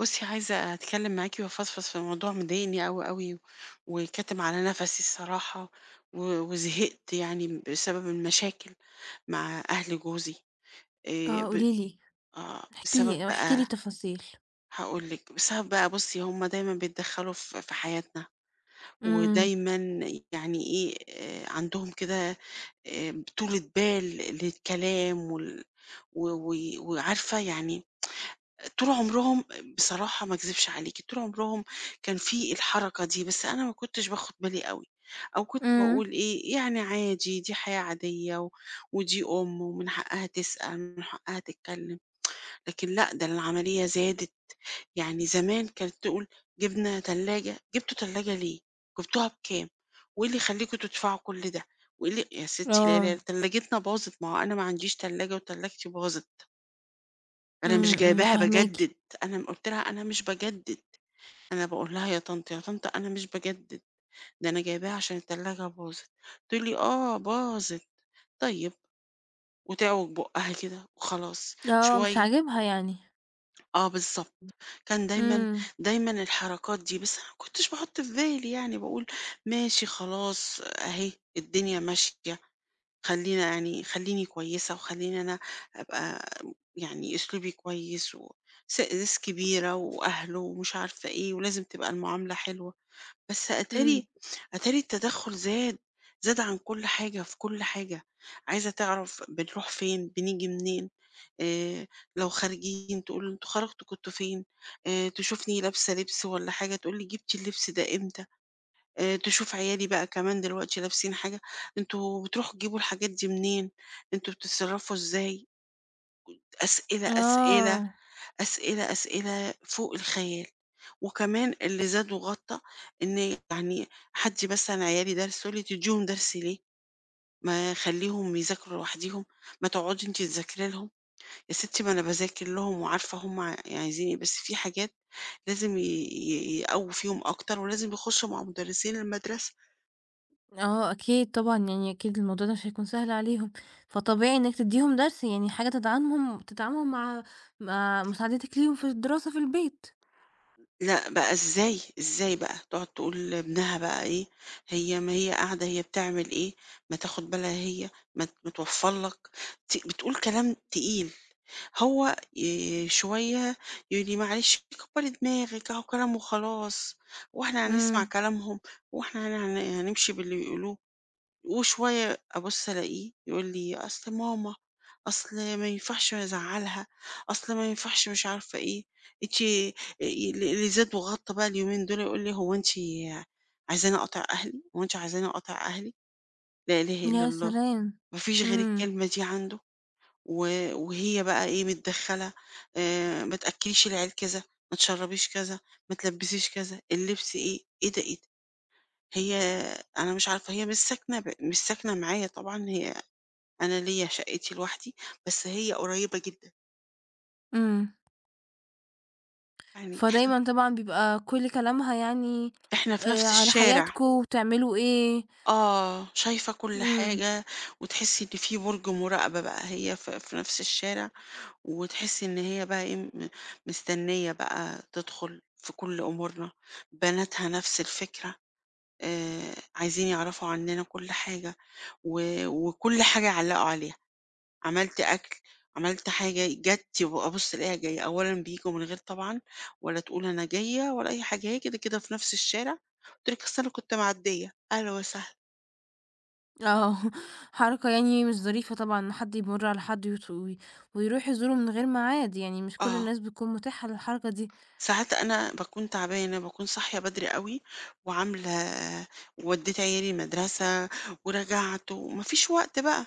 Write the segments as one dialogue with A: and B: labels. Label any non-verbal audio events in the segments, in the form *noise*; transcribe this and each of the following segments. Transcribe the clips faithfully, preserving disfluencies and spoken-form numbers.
A: بُصّي، عايزة أتكلّم معاكِ وأفضفض في موضوع مضايقني أوي، أوي، وكاتم على نَفَسي الصراحة، و وزهقت يعني بسبب المشاكل مع أهل جوزي، آآ
B: آه،
A: ب
B: قولي لي،
A: آه،
B: احكي
A: بسبب
B: لي احكي
A: بقى
B: لي تفاصيل.
A: هاقول لِك، بسبب بقى بُصّي هُم دايمًا بيتدخّلوا في في حياتنا،
B: إمم،
A: ودايمًا يعني إيه، آآ عندهم كده آآ طولة بال للكلام وال و و وعارفة يعني طول عمرهم بصراحة ما اكذبش عليكِ، طول عمرهم كان في الحركة دي، بس أنا ما كنتش باخد بالي أوي، أو كنت
B: إمم.
A: باقول إيه، يعني عادي دي حياة عادية و ودي أم ومن حقها تسأل، ومن حقها تتكلم، لكن لأ، ده العملية زادت، يعني زمان كانت تقول: "جبنا تلاجة، جبتوا تلاجة ليه؟ جبتوها بكام؟ وإيه اللي يخليكم تدفعوا كل ده؟ وإيه اللي" يا ستي لا، لا،
B: آه،
A: تلاجتنا باظت، ما هو أنا ما عنديش تلاجة وتلاجتي باظت، أنا مش
B: إمم، إمم،
A: جايباها
B: فاهماكِ.
A: باجدد، أنا م قُلت لها: "أنا مش باجدد." أنا باقول لها: "يا طنط، يا طنط أنا مش باجدد، ده أنا جايباها عشان التلاجة باظت." تقول لي: "آه باظت." طيب، وتعوج بُقّها كده وخلاص،
B: آه، مش
A: شوية
B: عاجبها يعني.
A: آه بالضبط. كان دايمًا
B: إمم،
A: دايمًا الحركات دي، بس أنا ما كنتش باحُط في بالي يعني، باقول ماشي خلاص أهي الدنيا ماشية. خلّينا يعني خلّيني كويسة وخلّيني أنا أبقى يعني أسلوبي كويس و س ناس كبيرة وأهله ومش عارفة إيه، ولازم تبقى المعاملة حلوة، بس
B: إمم.
A: أتاري أتاري التدخُّل زاد، زاد عن كل حاجة في كل حاجة، عايزة تعرف بنروح فين، بنيجي منين، آآ لو خارجين تقول "أنتم خرجتوا كنتم فين؟" آآ تشوفني لابسة لبس والّا حاجة تقول لي: "جِبتِ اللبس ده إمتى؟" آآ تشوف عيالي بقى كمان دلوقتي لابسين حاجة، أنتم بتروحوا تجيبوا الحاجات دي منين؟ أنتم بتتصرّفوا إزاي؟ أسئلة،
B: آه،
A: أسئلة، أسئلة، أسئلة فوق الخيال. وكمان اللي زاد وغطّى إن يعني حدّي مثلًا عيالي درس، تقول لي: "تدّيهم درس ليه؟ ما خلّيهم يذاكروا لوحديهم، ما تقعدي أنتِ تذاكري لهم." يا ستّي ما أنا باذاكر لهم وعارفة هم عايزين إيه، بس في حاجات لازم ي ي يقوّوا فيهم أكتر ولازم يخشّوا مع مُدرّسين المدرسة.
B: آه، أكيد طبعًا، يعني أكيد الموضوع ده مش هيكون سهل عليهم، فطبيعي إنِّك تدّيهم درس، يعني حاجة تدعمهم تدعمهم مع مع مساعدتِك ليهم في الدراسة في البيت.
A: لأ، بقى إزاي، إزاي بقى تقعد تقول لابنها بقى إيه، هي ما هي قاعدة هي بتعمل إيه، ما تاخد بالها هي، ما ت ما توفّر لك، ت بتقول كلام تقيل، هو ي شوية يقول لي: "معلش كبّري دماغِك أهو كلام وخلاص، هو إحنا هنسمع
B: إمم.
A: كلامهم، هو إحنا هن هن هنمشي باللي بيقولوه؟" وشوية أبُص ألاقيه يقول لي: "أصل ماما، أصل ما ينفعش أزعّلها، أصل ما ينفعش مش عارفة إيه، أنتِ" آآ اللي اللي زاد وغطّى بقى اليومين دول يقول لي: "هو أنتِ عايزاني أقاطع أهلي، هو أنتِ عايزاني أقاطع أهلي؟" لا إله إلا
B: يا
A: الله،
B: سلام!
A: ما فيش غير
B: إمم،
A: الكلمة دي عنده، و وهي بقى إيه متدخّلة آآ "ما تأكّليش العيال كذا، ما تشرّبيش كذا، ما تلبّسيش كذا، اللبس إيه؟" إيه ده، إيه ده! هي أنا مش عارفة هي مش ساكنة ب مش ساكنة معايا طبعًا هي أنا ليّا شقتي لوحدي، بس هي قريبة جدًا،
B: إمم.
A: يعني
B: فدايمًا طبعًا بيبقى كل كلامها يعني
A: إحنا في
B: آآ
A: نفس
B: على
A: الشارع،
B: حياتكم وتعملوا إيه.
A: آه، شايفة كل
B: إمم.
A: حاجة، وتحسّي إن في برج مراقبة بقى، هي في في نفس الشارع، وتحسّي إن هي بقى إيه، م مستنية بقى تدخل في كل أمورنا، بناتها نفس الفكرة، آآ، عايزين يعرفوا عننا كل حاجة، و وكل حاجة علّقوا عليها. عملت أكل، عملت حاجة، جات وأبقى أبُص ألاقيها جاية، أولًا بييجوا من غير طبعًا ولا تقول أنا جاية ولا أي حاجة، هي كده، كده في نفس الشارع، قُلت لِك أصل أنا كنت معدية، أهلًا وسهلًا،
B: آه، *laughs* حركة يعني مش ظريفة طبعًا إن حد يمُر على حد ويط وي ويروح يزوره من غير ميعاد، يعني مش كل
A: آه،
B: الناس بتكون مُتاحة للحركة دي.
A: ساعات أنا باكون تعبانة، باكون صاحية بدري أوي وعاملة وودّيت عيالي المدرسة ورجعت وما فيش وقت بقى.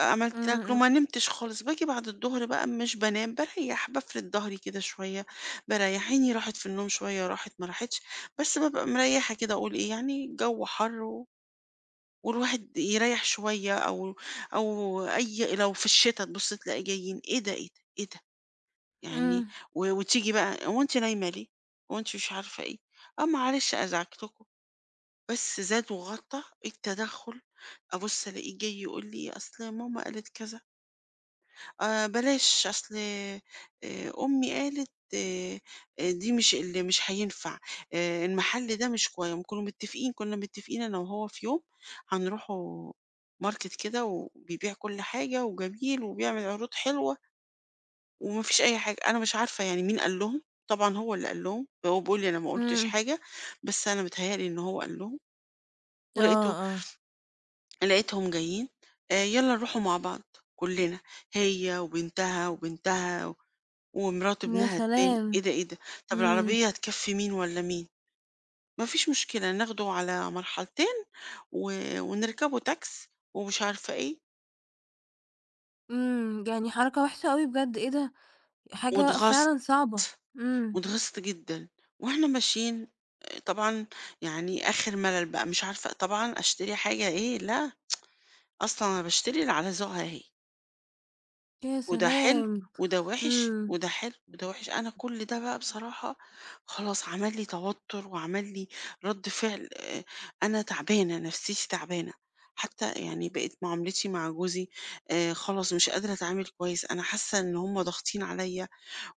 A: عملت
B: إمم،
A: أكل وما
B: إمم،
A: نمتش خالص، باجي بعد الضهر بقى مش بانام، باريّح، بافرد ضهري كده شوية، بريّح، عيني راحت في النوم شوية، راحت ما راحتش، بس بابقى مريّحة كده أقول إيه، يعني الجو حَر و والواحد يريّح شوية أو أو أي لو في الشتا تبُص تلاقي جايين إيه ده، إيه ده، إيه ده، يعني
B: إمم،
A: و وتيجي بقى "هو أنتِ نايمة ليه؟ هو أنتِ مش عارفة إيه؟" آه معلش أزعجتكم، بس زاد وغطّى التدخُّل، أبُص ألاقيه جاي يقول لي: "أصل ماما قالت كذا." آآ بلاش أصل آآ أمي قالت آآ دي مش اللي مش هينفع، آآ المحل ده مش كوي كنا متفقين كنا متفقين أنا وهو في يوم هنروحوا ماركت كده وبيبيع كل حاجة وجميل وبيعمل عروض حلوة وما فيش أي حاجة، أنا مش عارفة يعني مين قال لهم، طبعًا هو اللي قال لهم، هو بيقول لي أنا ما قُلتش
B: إمم،
A: حاجة، بس أنا متهيأ لي إن هو قال لهم،
B: آه،
A: ولقيته
B: آه،
A: لقيتهم جايين آآ يالّا نروحوا مع بعض كلنا، هي وبنتها وبنتها ومرات
B: يا
A: ابنها التاني إيه
B: سلام!
A: ده إيه ده طب
B: إمم،
A: العربية هتكفي مين ولا مين مفيش مشكلة ناخده على مرحلتين و... ونركبه تاكس ومش عارفة إيه
B: إمم، يعني حركة وحشة أوي بجد، إيه ده! حاجة
A: واتغصت
B: فعلًا صعبة، إمم،
A: واتغصت جدا واحنا ماشيين آه، طبعا يعني آخر ملل بقى مش عارفة طبعا أشتري حاجة إيه لا أصلا أنا بشتري اللي على ذوقها هي
B: يا
A: وده حلو،
B: سلام!
A: وده وِحِش،
B: إمم،
A: وده حلو، وده وِحِش. أنا كل ده بقى بصراحة خلاص عمل لي توتُّر وعمل لي رَد فعل آآ أنا تعبانة، نفسيتي تعبانة. حتى يعني بقِت معاملتي مع جوزي آآ خلاص مش قادرة أتعامل كويس، أنا حاسة إن هم ضاغطين عليّا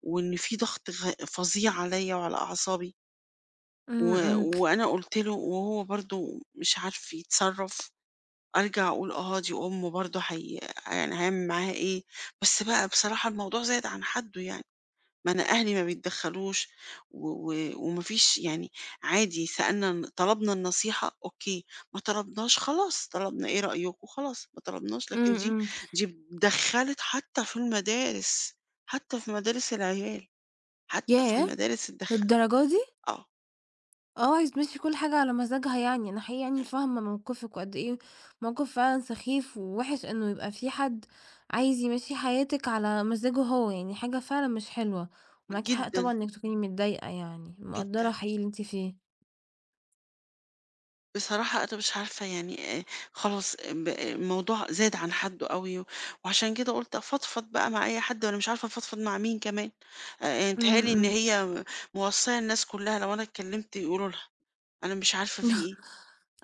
A: وإن في ضغط غ فظيع عليّا وعلى أعصابي و
B: إمم، إمم،
A: وأنا قُلت له وهو برضه مش عارف يتصرّف. أرجع أقول آه دي أم برضه حي يعني هاعمل معاها إيه، بس بقى بصراحة الموضوع زاد عن حدّه يعني، ما أنا أهلي ما بيتدخّلوش و و وما فيش يعني عادي سألنا ن طلبنا النصيحة أوكي، ما طلبناش خلاص، طلبنا إيه رأيكم وخلاص، ما طلبناش لكن
B: إمم،
A: دي
B: إمم،
A: دي اتدخّلت حتى في المدارس، حتى في مدارس العيال، حتى في
B: ياه!
A: المدارس اتدخّلت،
B: للدرجة دي؟!
A: آه،
B: آه، عايز تمشّي كل حاجة على مزاجها يعني، أنا حقيقي يعني فاهمة موقفِك وقد إيه موقف فعلًا سخيف ووِحِش إنه يبقى في حد عايز يمشّي حياتِك على مزاجه هو، يعني حاجة فعلًا مش حلوة، ومعاكِ حق طبعًا
A: جدًا،
B: إنِّك تكوني متضايقة يعني،
A: جدًا.
B: مقدّرة حقيقي اللي أنتِ فيه.
A: بصراحة أنا مش عارفة يعني آآ، خلاص آه، ب آه، الموضوع زاد عن حدُّه أوي، وعشان كده قُلت أفضفض بقى مع أي حد، وأنا مش عارفة أفضفض مع مين كمان، آآ، بيتهيأ
B: إمم، *laughs*
A: لي إن
B: إمم.
A: هي موصيّة الناس كلّها لو أنا اتكلمت يقولوا لها، أنا مش عارفة في إيه،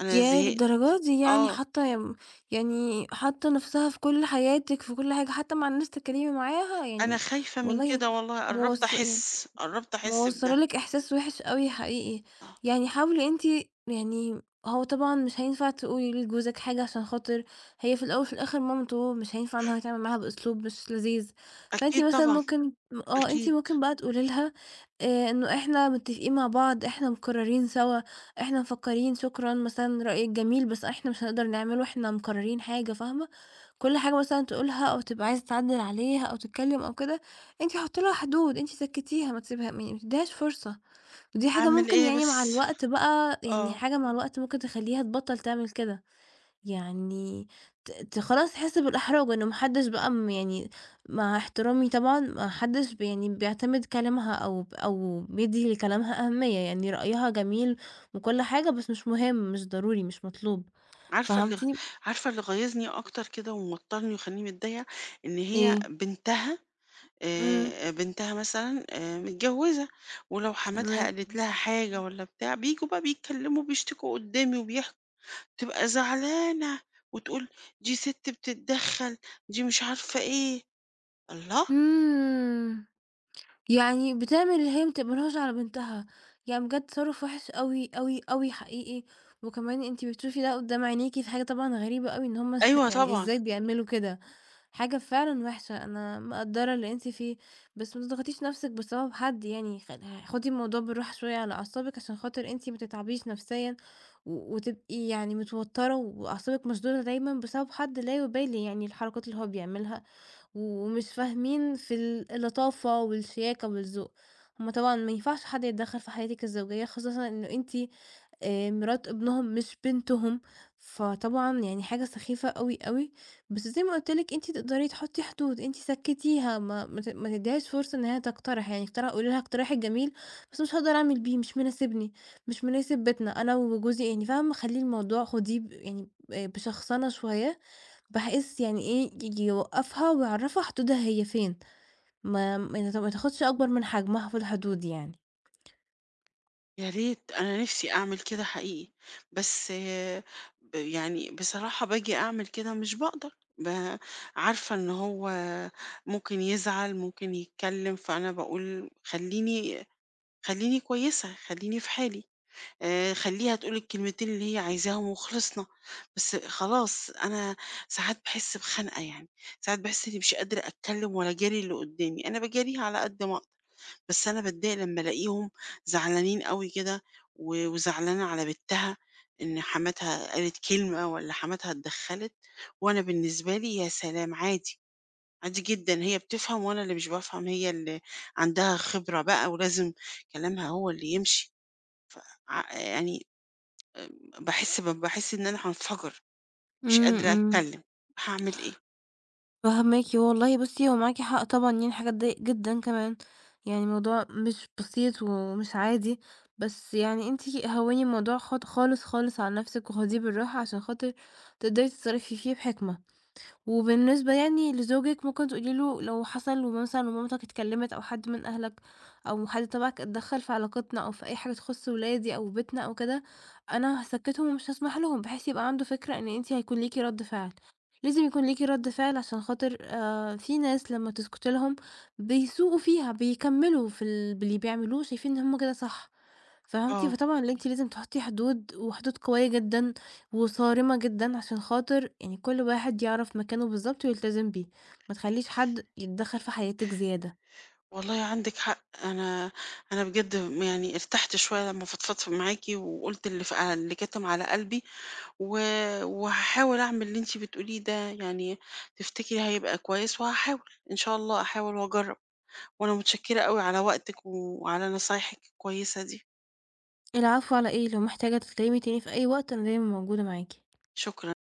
A: أنا
B: ياه!
A: زهقت،
B: للدرجة دي يعني
A: آه،
B: حاطة يم يعني حاطة نَفْسها في كل حياتِك، في كل حاجة، حتى مع الناس تتكلّمي معاها،
A: أنا
B: يعني
A: خايفة من
B: والله
A: كده والله قرّبت
B: موص
A: أحس، قرّبت أحس بده،
B: موصّلة لِك إحساس وِحِش أوي حقيقي،
A: آه،
B: يعني حاولي أنتِ يعني هو طبعًا مش هينفع تقولي لجوزِك حاجة عشان خاطر هي في الأول وفي الآخر مامته، مش هينفع إن هو يتعامل معاها بأسلوب مش لذيذ، فأنتِ
A: أكيد
B: مثلًا
A: طبعًا،
B: ممكن آه، أنتِ
A: أكيد،
B: ممكن بقى تقولي لها آآ، إنه إحنا متفقين مع بعض، إحنا مقررين سوا، إحنا مفكّرين، شكرًا مثلًا رأيِك جميل بس إحنا مش هنقدر نعمله، إحنا مقررين حاجة، فاهمة؟ كل حاجة مثلًا تقولها أو تبقى عايزة تعدّل عليها أو تتكلم أو كده أنتِ حُطّي لها حدود، أنتِ سكّتيها ما تسيبيها م ما تدّيهاش فرصة، ودي حاجة
A: أعمل
B: ممكن
A: إيه
B: يعني مع
A: بس،
B: الوقت بقى يعني
A: آه،
B: حاجة مع الوقت ممكن تخلّيها تبطّل تعمل كده، يعني ت ت خلاص تحس بالإحراج إنه ما حدّش بقى م يعني مع احترامي طبعًا ما حدّش ب يعني بيعتمد كلامها أو ب أو بيدّي لكلامها أهمية، يعني رأيها جميل وكل حاجة بس مش مهم، مش ضروري، مش مطلوب،
A: عارفة اللي
B: فهمتِ؟
A: عارفة اللي غايظني أكتر كده وموتّرني ومخلّيني متضايقة، إن هي
B: إيه؟
A: بنتها
B: إمم،
A: آآ بنتها مثلًا آآ متجوّزة، ولو حماتها
B: تمام.
A: قالت لها حاجة والّا بتاع، بييجوا بقى بيتكلّموا بيشتكوا قدّامي وبيحكوا، تبقى زعلانة وتقول دي سِت بتتدخّل، دي مش عارفة إيه، الله!
B: إمم. يعني بتعمل اللي هي ما بتقبلهاش على بنتها، يعني بجد تصرُّف وِحِش أوي، أوي، أوي حقيقي، وكمان أنتِ بتشوفي ده قدّام عينيكِ، فحاجة طبعًا غريبة أوي إن هُم *laughs*
A: أيوه
B: يعني
A: طبعًا،
B: إزاي بيعملوا كده، حاجة فعلًا وِحشة، أنا مقدّرة اللي أنتِ فيه، بس ما تضغطيش نَفْسِك بسبب حد يعني، خ خُدي الموضوع بالراحة شوية على أعصابِك عشان خاطر أنتِ ما تتعبيش نَفْسيًا و وتبقي يعني متوتّرة وأعصابِك مشدودة دايمًا بسبب حد لا يُبالي يعني الحركات اللي هو بيعملها. ومش فاهمين في ال اللطافة والشياكة والذوق، هُم طبعًا ما ينفعش حد يتدخّل في حياتِك الزوجية، خاصةً إنه أنتِ آآ مرات ابنهم مش بنتهم، فطبعًا يعني حاجة سخيفة أوي، أوي، بس زي ما قُلت لِك أنتِ تقدري تحطّي حدود، أنتِ سكّتيها ما ما ت ما تدّيهاش فرصة إن هي تقترح، يعني اقترح قولي لها اقتراحِك جميل بس مش هاقدر أعمل بيه، مش مناسبني، مش مناسب بيتنا أنا وجوزي يعني فاهمة، خلّي الموضوع خُديه ب يعني آآ بشخصنة شوية بحيث يعني إيه، ييجي يوقّفها ويعرّفها حدودها هي فين، ما ما ت ما تاخدش أكبر من حجمها في الحدود يعني.
A: يا ريت أنا نِفْسي أعمل كده حقيقي، بس آه، ب يعني بصراحة باجي أعمل كده مش باقدر، ب عارفة إن هو ممكن يزعل، ممكن يتكلّم، فأنا باقول خلّيني خلّيني كويسة، خلّيني في حالي، آآ خلّيها تقول الكلمتين اللي هي عايزاهم وخلصنا، بس خلاص أنا ساعات باحس بخنقة يعني، ساعات باحس إني مش قادرة أتكلم ولا أجاري اللي قدّامي، أنا باجاريها على قد ما أقدر، بس أنا باتضايق لمّا ألاقيهم زعلانين أوي كده و وزعلانة على بنتها إن حماتها قالت كلمة والّا حماتها اتدخّلت، وأنا بالنسبة لي يا سلام عادي. عادي جدًا، هي بتفهم وأنا اللي مش بافهم، هي اللي عندها خبرة بقى ولازم كلامها هو اللي يمشي، ع يعني باحس ب باحس إن أنا هانفجر، مش
B: إمم،
A: قادرة
B: إمم.
A: أتكلم، هاعمل إيه؟
B: فاهماكِ، والله بُصّي هو معاكِ حق طبعًا، يعني حاجة تضايق جدًا كمان، يعني الموضوع مش بسيط ومش عادي، بس يعني أنتِ هوّني الموضوع خط خالص، خالص على نفسِك وخديه بالراحة عشان خاطر تقدري تتصرّفي فيه بحكمة. وبالنسبة يعني لزوجِك ممكن تقولي له لو حصل ومثلًا ومامتك اتكلمت أو حد من أهلك أو حد تبعك اتدخل في علاقتنا أو في أي حاجة تخص ولادي أو بيتنا أو كده، أنا هاسكتهم ومش هاسمح لهم، بحيث يبقى عنده فكرة إن أنتِ هيكون ليكِ رد فعل، لازم يكون ليكِ رد فعل عشان خاطر آآ، في ناس لما تسكتي لهم بيسوقوا فيها، بيكملوا في ال باللي بيعملوه، شايفين إن هُم كده صح. فهمتِ،
A: آه،
B: فطبعًا اللي أنتِ لازم تحطّي حدود، وحدود قوية جدًا وصارمة جدًا، عشان خاطر يعني كل واحد يعرف مكانه بالضبط ويلتزم بيه، ما تخلّيش حد يتدخّل في حياتِك زيادة.
A: والله عندِك حق، أنا أنا بجد م يعني ارتحت شوية لمّا فضفضت معاكِ وقُلت اللي ف اللي كاتم على قلبي، و وهاحاول أعمل اللي أنتِ بتقوليه ده، يعني تفتكري هيبقى كويس؟ وهاحاول، إن شاء الله أحاول وأجرب. وأنا متشكرة أوي على وقتِك وعلى نصايحِك الكويسة دي،
B: العفو على إيه، لو محتاجة تتكلمي تاني في أي وقت أنا دايمًا موجودة معاكِ.
A: شكرًا.